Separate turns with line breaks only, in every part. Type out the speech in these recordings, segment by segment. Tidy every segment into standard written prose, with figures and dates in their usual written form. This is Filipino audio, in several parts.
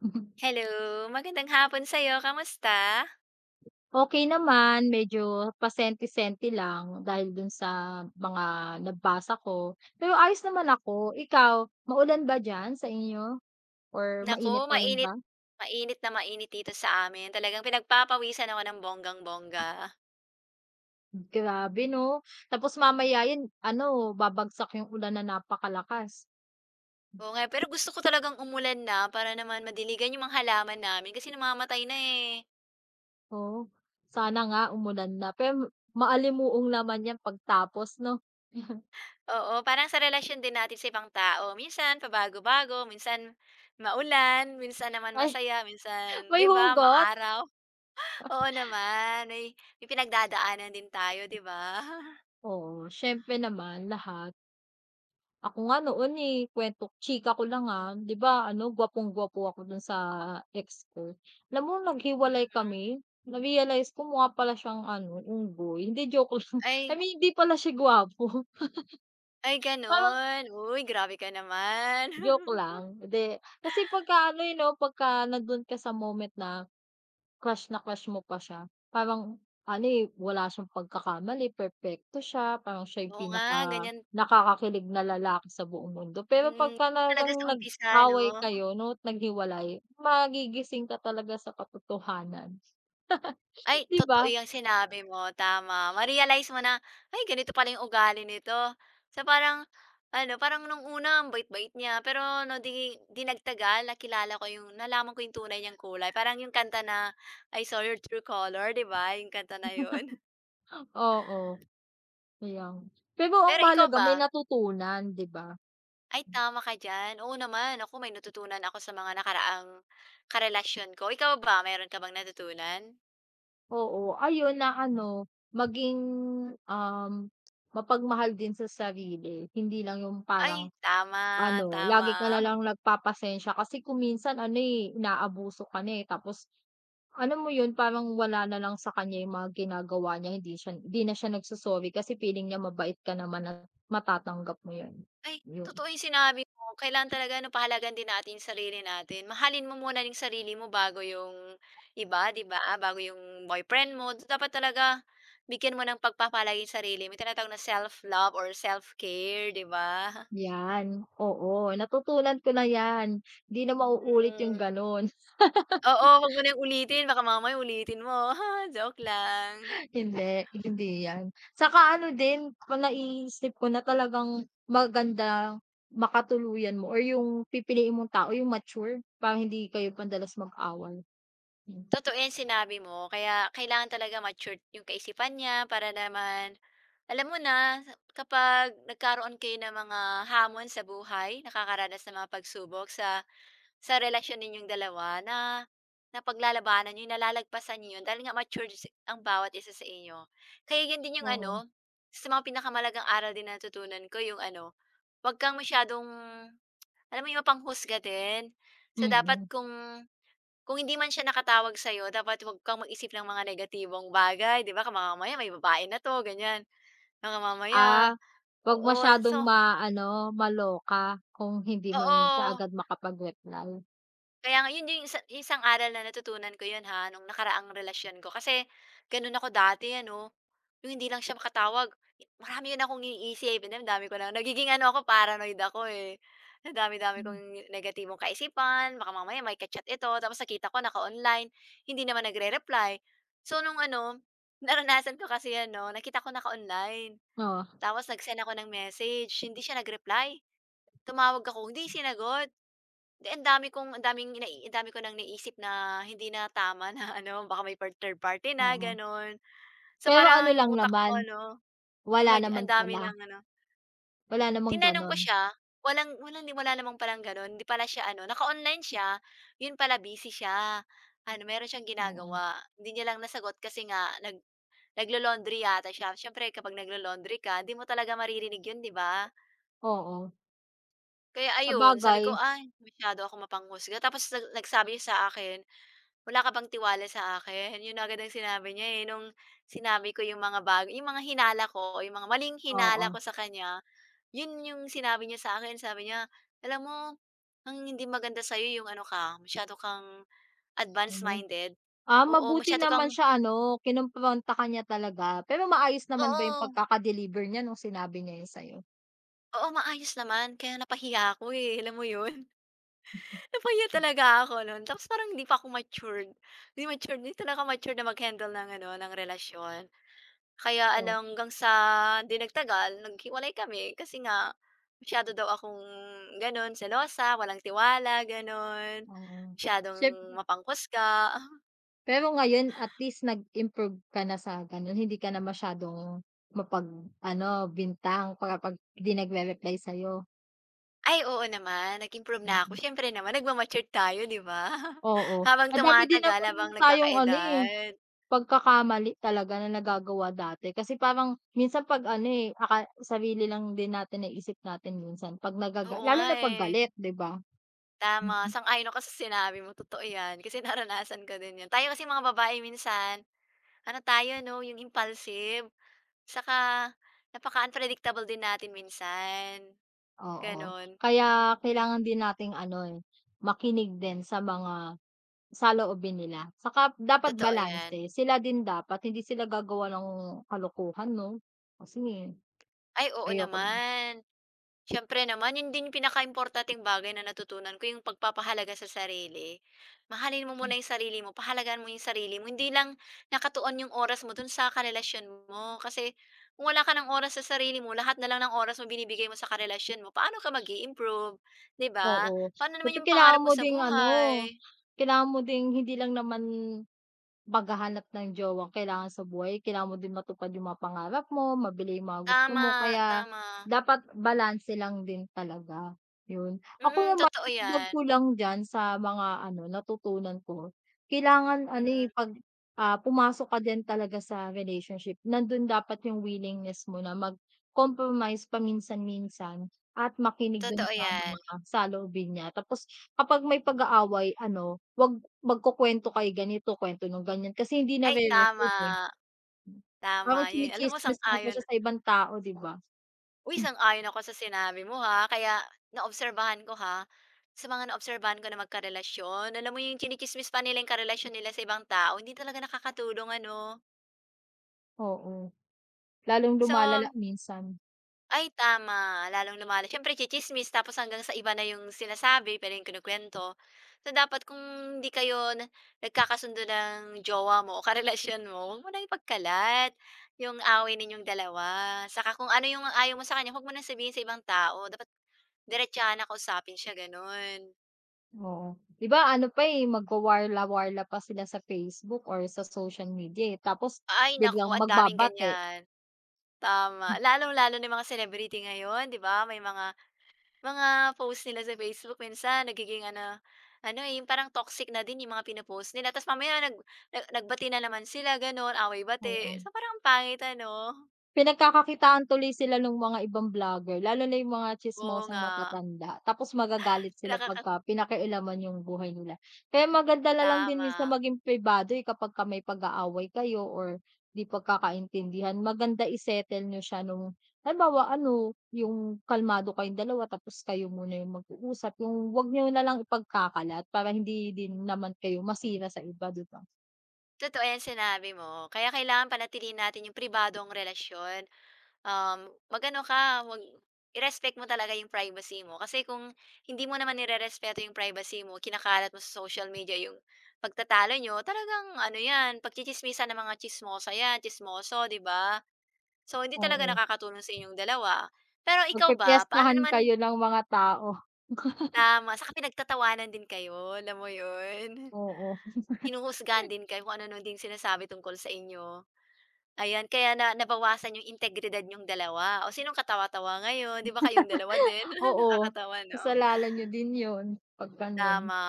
Mhm.
Hello, magandang hapon sa'yo, kamusta?
Okay naman, medyo pasenti-senti lang dahil dun sa mga nabasa ko, pero ayos naman ako. Ikaw, maulan ba diyan sa inyo or
Naku,
mainit na rin
mainit
ba?
mainit na mainit dito sa amin, talagang pinagpapawisan ako ng bonggang-bongga.
Grabe 'no, tapos mamaya yan ano, babagsak yung ulan na napakalakas.
Oo nga, pero gusto ko talagang umulan na para naman madiligan yung mga halaman namin kasi namamatay na, eh.
Oo, sana nga umulan na, pero maalimuong naman yan pagtapos 'no?
Oo, parang sa relasyon din natin sa ibang tao, minsan pabago-bago, minsan maulan, minsan naman
Ay,
masaya, minsan,
may
'di ba,
hugot?
maaraw. Oo naman, may pinagdadaanan din tayo, 'di ba?
Oo, siyempre naman lahat. Ako nga noon, eh, kuwento chika ko lang, 'di ba ano gwapong-gwapo ako dun sa ex ko. Alam mo naghiwalay
Mhm.
kami, na-realize ko mukha pala siyang ano, unggoy. Hindi joke lang. I
Ay
mean hindi pala siya gwapo,
Ay
parang
gano'n. Uy, grabe ka naman.
joke lang. 'Di kasi pagka ano, eh, 'no, pagka nandun ka sa moment na crush na crush mo pa siya? Parang ano, eh, wala siyang pagkakamali, perpekto siya, parang siya yung
Oo nga,
pinaka
ganyan,
nakakakilig na lalaki sa buong mundo. Pero
mm,
pagka
talaga
talagang
sa umpisa
nag-away
'no.
kayo 'no, at naghiwalay, magigising ka talaga sa katotohanan,
Ay,
'di ba?
totoo yung sinabi mo, tama. Ma-realize mo na, "Ay, ganito pala 'yung ugali nito." So, parang ano, parang nung una ang bait-bait niya, pero 'no, 'di nagtagal nakilala ko 'yung nalaman ko 'yung tunay niyang kulay. Parang 'yung kanta na, "I saw your true color," 'di ba, 'yung kanta na 'yun.
Oo, ayan. Pero ang
Pero ikaw
mahalaga may
ba?
natutunan, 'di ba?
Ay, tama ka diyan. Oo naman, ako may natutunan ako sa mga nakaraang karelasyon ko. Ikaw ba, mayroon ka bang natutunan?
Oo, ayun na ano, maging, um, mapagmahal din sa sarili, hindi lang yung
Ay,
parang
tama,
ano,
tama.
lagi ka na lang nagpapasensiya kasi kung minsan ano, eh, inaabuso ka na, eh, tapos ano mo yun parang wala na lang sa kanya yung mga ginagawa niya, hindi na siya nagso kasi feeling niya mabait ka naman at matatanggap mo yun.
Ay,
Yun,
totoo yung sinabi mo. Kailangan talaga ano, pahalagan din natin yung sarili natin. Mahalin mo muna yung sarili mo bago yung iba, 'di ba? Ah, bago yung boyfriend mo. Dapat talaga bigyan mo ng pagpapahalaga yung sarili mo. Tinatawag na self-love or self-care, 'di ba?
yan, oo natutunan ko na yan, 'di na mauulit yung
Mm.
gano'n.
Oo, 'wag mo na yung ulitin. Baka mamaya ulitin mo. Joke lang.
Hindi, hindi 'yan. Saka ano din, kung naiisip ko na talagang maganda makatuluyan mo or yung pipiliin mong tao yung mature para hindi kayo madalas mag-away. Hmm.
Totoo yung sinabi mo, kaya kailangan talaga matured yung kaisipan niya para naman alam mo na kapag nagkaroon kayo ng mga hamon sa buhay, nakakaranas ng mga pagsubok sa relasyon ninyong dalawa na napaglalabanan niyo, nalalagpasan niyo yun dahil nga matured ang bawat isa sa inyo. Kaya yun din yung
Oo.
ano, sa mga pinakamalagang aral din na natutunan ko yung ano, wag kang masyadong, alam mo yung mapanghusga din. So dapat
Mm.
kung hindi man siya nakatawag sa'yo dapat huwag kang mag-isip ng mga negatibong bagay, 'di ba, ka mamaya may babae na 'to, ganyan. Baka
Ah,
mamaya,
'wag
oo.
masyadong
So,
maano, maloka kung hindi man siya
oo.
agad makapag-reply.
Kaya nga yun yung isang aral na natutunan ko yun, ha, nung nakaraang relasyon ko. Kasi ganun ako dati ano, yung hindi lang siya makatawag. Marami yun akong iniisip, ang dami-dami ko na nagiging ano ako, paranoid ako, eh. Ang dami-dami
Hmm.
kong negatibong kaisipan, baka mamaya may ka-chat ito, tapos nakita ko naka-online, hindi naman nagre-reply. So nung ano, naranasan ko kasi ano, nakita ko naka-online,
Oo,
tapos nag-send ako ng message, hindi siya nag-reply. Tumawag ako, hindi sinagot. 'Di ang dami ko nang naisip na hindi na tama na ano, baka may third party na,
oo.
gano'n. So,
Pero ano
parang yung
lang
utak
naman,
ko ano,
wala naman
ang dami
pala.
ng ano,
Wala namang
tinanong ko
gano'n.
siya, walang walang wala naman parang gano'n, hindi pala siya ano, naka-online siya, yun pala busy siya. Ano, meron siyang
Oo,
ginagawa, hindi niya lang nasagot kasi nga naglo-laundry yata siya. Siyempre kapag naglo-laundry ka, hindi mo talaga maririnig yun, 'di ba?
oo.
Kaya ayun, sabi ko,
Sabagay,
"Ay, masyado ako mapanghusga." Tapos nagsabi siya sa akin, "Wala ka bang tiwala sa akin?" Yun agad ang sinabi niya, eh, nung sinabi ko yung mga yung mga hinala ko, yung mga maling
oo.
hinala ko sa kanya, yun yung sinabi niya sa akin. Sabi niya, "Alam mo, ang hindi maganda sa'yo yung ano ka, masyado kang advanced-minded.
Ah,
Oo,
mabuti
masyado
naman
kang"
siya ano, kinumpronta ka niya talaga. Pero maayos naman ba yung
oo,
pagkaka-deliver niya nung sinabi niya yun sa'yo?
oo, maayos naman kaya napahiya ako, eh, alam mo yun? Napaya talaga ako nun tapos parang hindi pa ako matured. Hindi matured, hindi talaga matured na mag-handle ng ano, ng relasyon. Kaya
O
hanggang sa 'di nagtagal naghiwalay kami kasi nga masyado daw akong gano'n, selosa, walang tiwala, gano'n.
oo. Siyemp
Masyadong mapanghusga.
pero ngayon at least nag-improve ka na sa gano'n, hindi ka na masyadong mapag-ano, bintang kapag 'di nagre-reply sa'yo,
Ay, oo naman, nag-improve na ako,
mm.
siyempre naman tayo 'di ba?
Oo,
Habang
madami din
tumatagal, habang
naman tayong ano, eh,
nagkakaedad.
pagkakamali talaga na nagagawa dati kasi parang minsan 'pag ano, eh, aka sarili lang din natin naisip natin minsan 'pag
Oo
lalo
nga,
na 'pag
eh.
galit, 'di ba?
Tama,
Mm.
sang-ayon ako sa sinabi mo, totoo 'yan. Kasi naranasan ko din 'yun. Tayo kasi mga babae minsan, ano tayo 'no, yung impulsive, saka napaka-unpredictable din natin minsan,
Oo,
gano'n.
kaya kailangan din nating ano, eh, makinig din sa mga saloobin nila saka dapat
Totoo 'yan.
balanse. Sila din dapat hindi sila gagawa ng kalokohan 'no? Kasi
Ay, oo
ayoko din
naman. Siyempre naman, yun din yung pinakaimportanteng bagay na natutunan ko, yung pagpapahalaga sa sarili. Mahalin mo muna yung sarili mo, pahalagahan mo yung sarili mo, hindi lang nakatuon yung oras mo dun sa karelasyon mo. Kasi kung wala ka ng oras sa sarili mo, lahat na lang ng oras mo binibigay mo sa karelasyon mo, paano ka mag improve, 'di ba?
oo,
Paano naman
siyempre
yung pangarap
kailangan
mo
mo
sa
ding ano,
buhay?
kailangan mo ding hindi lang naman paghahanap ng jowang kailangan sa buhay kailangan mo din matupad yung mga pangarap mo, mabili yung mga gusto mo
Tama,
kaya
tama.
dapat balanse lang din talaga, yun. Ako
Mm,
naman
totoo
dagdag
'yan.
ko lang diyan sa mga ano natutunan ko, kailangan ano, eh,
Mm,
'pag, pumasok ka din talaga sa relationship nandun dapat yung willingness mo na mag-compromise paminsan-minsan at makinig dun
totoo
sa
'yan.
mga saloobin niya tapos kapag may pag-aaway ano, 'wag magkukuwento kayo ganito, kuwento nung ganyan, kasi hindi
Ay, tama,
nare-resolve, eh. Parang
tama. Yun, alam mo,
tsini-tsismis mo pa siya sa ibang tao, 'di ba?
Uy, sang-ayon ako sa sinabi mo, ha. Kaya naobserbahan ko, ha, sa mga naobserbahan ko na magkarelasyon, alam mo yung chinikismis pa nila yung karelasyon nila sa ibang tao, hindi talaga nakakatulong, ano.
Oo, lalong lumalala
So
minsan,
Ay tama, lalong lumala siyempre tsitsismis tapos hanggang sa iba na yung sinasabi, pero yung kinukuwento. So, dapat kung hindi kayo na nagkakasundo ng jowa mo o karelasyon mo, huwag mo nang ipagkalat yung away ninyong dalawa. Saka kung ano yung ayaw mo sa kanya, huwag mo nang sabihin sa ibang tao. Dapat diretsahan na kausapin siya, gano'n.
oo. 'Di ba ano pa, eh, magwawarla-warla pa sila sa Facebook or sa social media, eh, tapos
Ay naku,
biglang
ang daming
magbabate,
ganyan. Tama, lalong-lalo na yung mga celebrity ngayon, 'di ba? May mga post nila sa Facebook minsan nagiging ano, ano, eh, yung parang toxic na din yung mga pino-post nila tapos mamaya nag nag nagbati na naman sila gano'n, away-bati.
oo.
So, parang ang pangit ano?
Pinagkakakitaan tuloy sila nung mga ibang vlogger, lalo na yung mga
Oo
tsismosang
nga,
matatanda, tapos magagalit sila
nakaka
pagka pinakialaman yung buhay nila. Kaya maganda na lang din minsan
tama.
maging pribado, eh, kapagka may pag-aaway kayo or 'di pagkakaintindihan, maganda i nyo siya nung halimbawa ano, yung kalmado kayong dalawa tapos kayo muna yung mag-uusap, yung 'wag niyo na lang ipagkakalat para hindi din naman kayo masira sa iba, 'di ba?
Totoo 'yan sinabi mo, kaya kailangan panatilihin natin yung pribadong relasyon. Mag ano ka, wag i-respect mo talaga yung privacy mo. Kasi kung hindi mo naman nirerespeto yung privacy mo, kinakalat mo sa social media yung pagtatalo nyo. Talagang ano 'yan, pagtsitsismisan ng mga tsismosa 'yan, chismoso, 'di ba? So, hindi talaga
Oo,
nakakatulong sa inyong dalawa. Pero ikaw ba, paano
magpipiyasahan
naman,
kayo ng mga tao.
tama? Saka pinagtatawanan din kayo, alam mo 'yun?
Oo.
Hinuhusgahan din kayo kung ano-ano din sinasabi tungkol sa inyo? Ayan, kaya na nabawasan yung integridad niyong dalawa o sinong katawa-tawa ngayon, 'di ba kayong dalawa din?
Oo,
Nakakatawa 'no?
kasalanan niyo din 'yun, pagka nun.
Tama.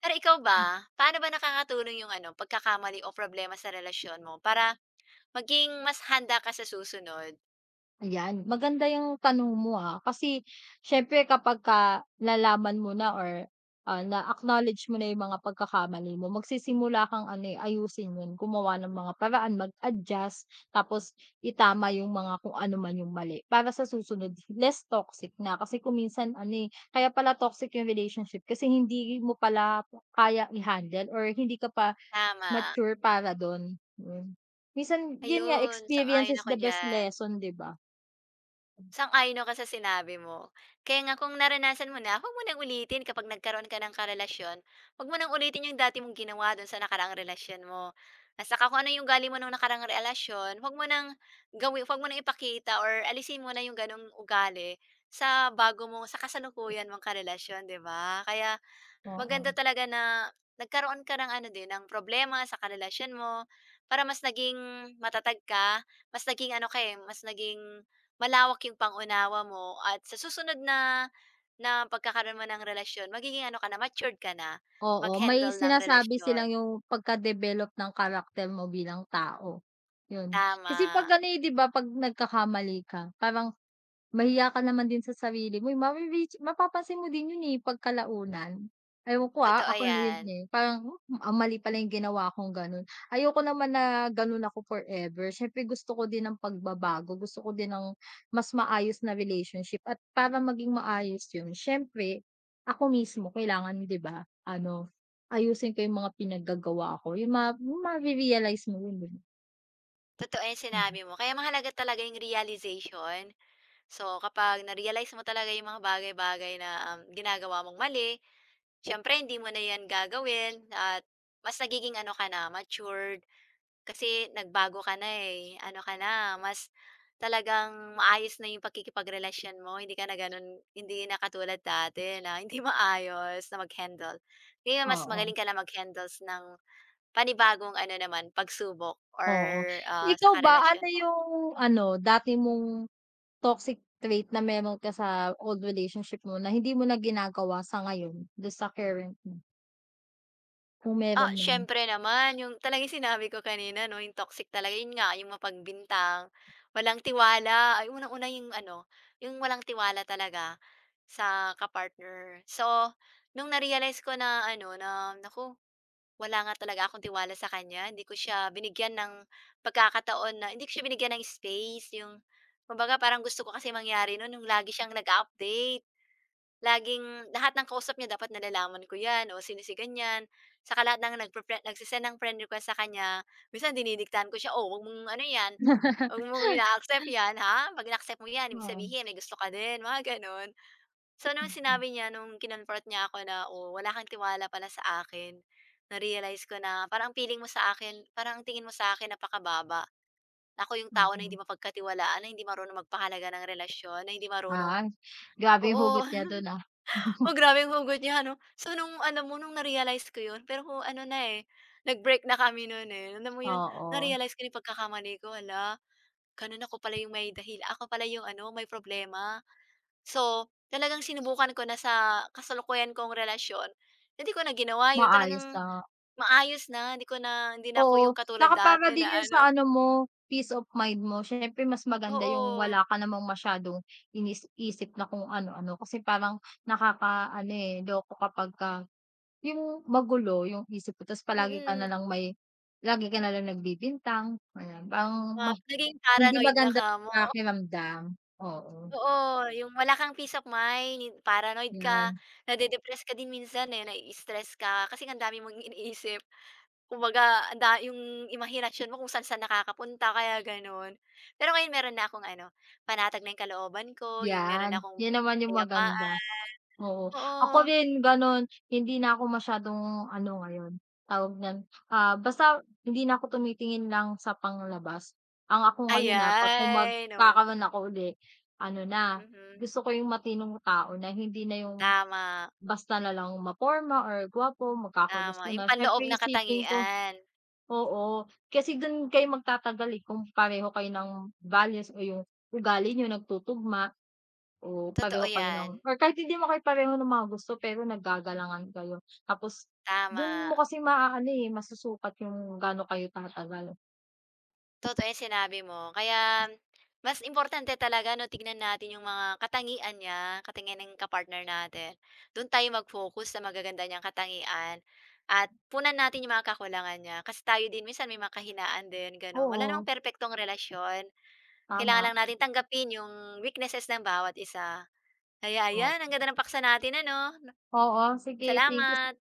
Pero ikaw ba, paano ba nakakatulong yung ano, pagkakamali o problema sa relasyon mo para maging mas handa ka sa susunod?
Ayan, maganda yung tanong mo, kasi siyempre kapagka nalaman mo na or, na-acknowledge mo na yung mga pagkakamali mo, magsisimula kang ano, eh, ayusin 'yun, gumawa ng mga paraan, mag-adjust, tapos itama yung mga kung ano man yung mali para sa susunod less toxic na. Kasi kung minsan ano, eh, kaya pala toxic yung relationship kasi hindi mo pala kaya i-handle or hindi ka pa
Tama,
mature para dun, hmm. Minsan yun nga
ayun
experience
sang-ayon
is
ako
the best
diyan.
lesson 'di ba?
Sang-ayon ako sa sinabi mo. Kaya nga kung naranasan mo na, huwag mo nang ulitin kapag nagkaroon ka ng karelasyon. Huwag mo nang ulitin yung dati mong ginawa do'n sa nakaraang relasyon mo. At saka kung ano yung ugali mo nung nakaraang relasyon, huwag mo nang huwag mo nang ipakita or alisin mo na yung gano'ng ugali sa bago mo sa kasalukuyan mong karelasyon, 'di ba? Kaya maganda
Oo.
talaga na nagkaroon ka ng ano din, ng problema sa karelasyon mo para mas naging matatag ka, mas naging ano ka, eh, mas naging malawak yung pangunawa mo at sa susunod na na pagkakaroon mo ng relasyon, magiging ano ka na, matured ka na
Oo, may
mag-handle ng
sinasabi
relasyon.
silang yung pagka-develop ng karakter mo bilang tao, yun. Kasi 'pag
Tama,
ano, eh, 'di ba 'pag nagkakamali ka parang mahiya ka naman din sa sarili mo, eh, mapapansin mo din yun, eh, pagkalaunan. Ewan ko,
totoo
ako na yun,
'yan.
eh, parang, mali pala yung ginawa kong gano'n. Ayoko naman na gano'n ako forever, siyempre gusto ko din ng pagbabago, gusto ko din ng mas maayos na relationship at para maging maayos yun siyempre ako mismo kailangan, 'di ba, ano, ayusin ko yung mga pinaggagawa ko, yung mare-realize mo yun, eh.
Totoo 'yang
Hmm,
sinabi mo. Kaya mahalaga talaga yung realization. So, kapag na-realize mo talaga yung mga bagay-bagay na, ginagawa mong mali, siyempre hindi mo na 'yan gagawin at mas nagiging ano ka na, matured kasi nagbago ka na, eh, ano ka na, mas talagang maayos na 'yung pakikipagrelasyon mo, hindi ka na gano'n, hindi na katulad dati na hindi maayos na mag-handle. Ngayon mas
oo.
magaling ka na mag-handles ng panibagong ano naman, pagsubok or,
Oo.
sa
Ikaw ba,
karelasyon
ano
mo.
yung ano, dati mong toxic trait na meron ka sa old relationship mo na hindi mo na ginagawa sa ngayon, dun sa current mo, kung
Ah,
meron man?
siyempre naman yung talagang sinabi ko kanina 'no, yung toxic talaga yun nga yung mapagbintang, walang tiwala, ay unang-una yung ano, yung walang tiwala talaga sa kapartner. So, nung na-realize ko na ano na, naku, wala nga talaga akong tiwala sa kanya, hindi ko siya binigyan ng space, yung kumbaga parang gusto ko kasi mangyari noon, yung lagi siyang nag update laging lahat ng kausap niya dapat nalalaman ko 'yan o sino si ganyan. Saka lahat ng nagse-send ng friend request sa kanya, minsan dinidiktahan ko siya, "Oh, 'wag mong ano 'yan, 'wag mong ina-accept 'yan, ha? 'Pag in-accept mo 'yan, ibig
Oo.
sabihin may gusto ka din," mga gano'n. So, nung
Mm,
sinabi niya, kinonfront niya ako na, "Oh, wala kang tiwala pala sa akin," na-realize ko na parang ang feeling mo sa akin, parang ang tingin mo sa akin napakababa. Ako yung
mm.
tao na hindi
Mm.
mapagkatiwalaan, na hindi marunong magpahalaga ng relasyon, na hindi marunong.
Ah, grabe yung
Oo.
hugot niya dun, ah.
Oh, grabe ang hugot niya 'no. So nung ano mo nung na-realize ko 'yun, pero kung ano na, eh, nag-break na kami nun, eh. Alam mo 'yun,
Oo,
na-realize ko na yung pagkakamali ko, hala, ganun ako pala yung may ako pala yung ano, may problema. So, talagang sinubukan ko na sa kasalukuyan kong relasyon, hindi ko na ginawa 'yun.
maayos
Talagang
na.
maayos na, hindi na ako yung
Oo,
katulad
tsaka para
dati na
din yun
ano
sa ano mo, peace of mind mo. Syempre mas maganda yung
oo,
wala ka namang masyadong inis-isip na kung ano-ano kasi parang nakakaano, eh, loko kapagka yung magulo yung isip ko ta's palagi ka na
mm,
lang may lagi ka na lang nagbibintang, ayan parang
na naging
hindi
paranoid na
maganda
kamo.
sa pakiramdam. Oo,
Oo, yung wala kang peace of mind, yung paranoid ka,
'yan,
nade-depress ka din minsan, eh, nai-stress ka kasi nga ang dami mong iniisip. Kumbaga ang da yung imahinasyon mo kung saan-saan nakakapunta kaya gano'n. Pero ngayon meron na akong ano, panatag na yung kalooban ko, yung meron na
'yan,
akong
'yan naman yung maganda,
kapayapaan.
oo. Ako
Oo,
rin gano'n, hindi na ako masyadong ano ngayon, tawag niyan, basta hindi na ako tumitingin lang sa panlabas. Ang ako ngayon, 'pag kung
ayan, oh,
magkakaroon ako uli, ano na,
mhm.
gusto ko yung matinong tao na hindi na yung
Tama,
basta na lang maporma or gwapo,
tama,
magkakagusto na.
yung panloob
Siyempre
na
isipin ko
katangian,
oo, kasi dun kayo magtatagal, eh, kung pareho kayo ng values o yung ugali niyo nagtutugma o
totoo
pareho kayo ng
yan,
or kahit hindi mo kayo pareho ng mga gusto pero naggagalangan kayo. Tapos dun
tama.
mo kasi maaano, eh, masusukat yung gaano kayo tatagal.
Totoo yung sinabi mo. Kaya mas importante talaga 'no, tignan natin yung mga katangian niya, katangian ng partner natin. Do'n tayo mag-focus sa magaganda niyang katangian at punan natin yung mga kakulangan niya. Kasi tayo din minsan may mga kahinaan din, gano'n. Wala namang
Oo,
perpektong relasyon. Kailangan
tama.
lang natin tanggapin yung weaknesses ng bawat isa. Kaya
Oo,
ayan, ang ganda ng paksa natin ano.
oo sige, thank
Salamat.
you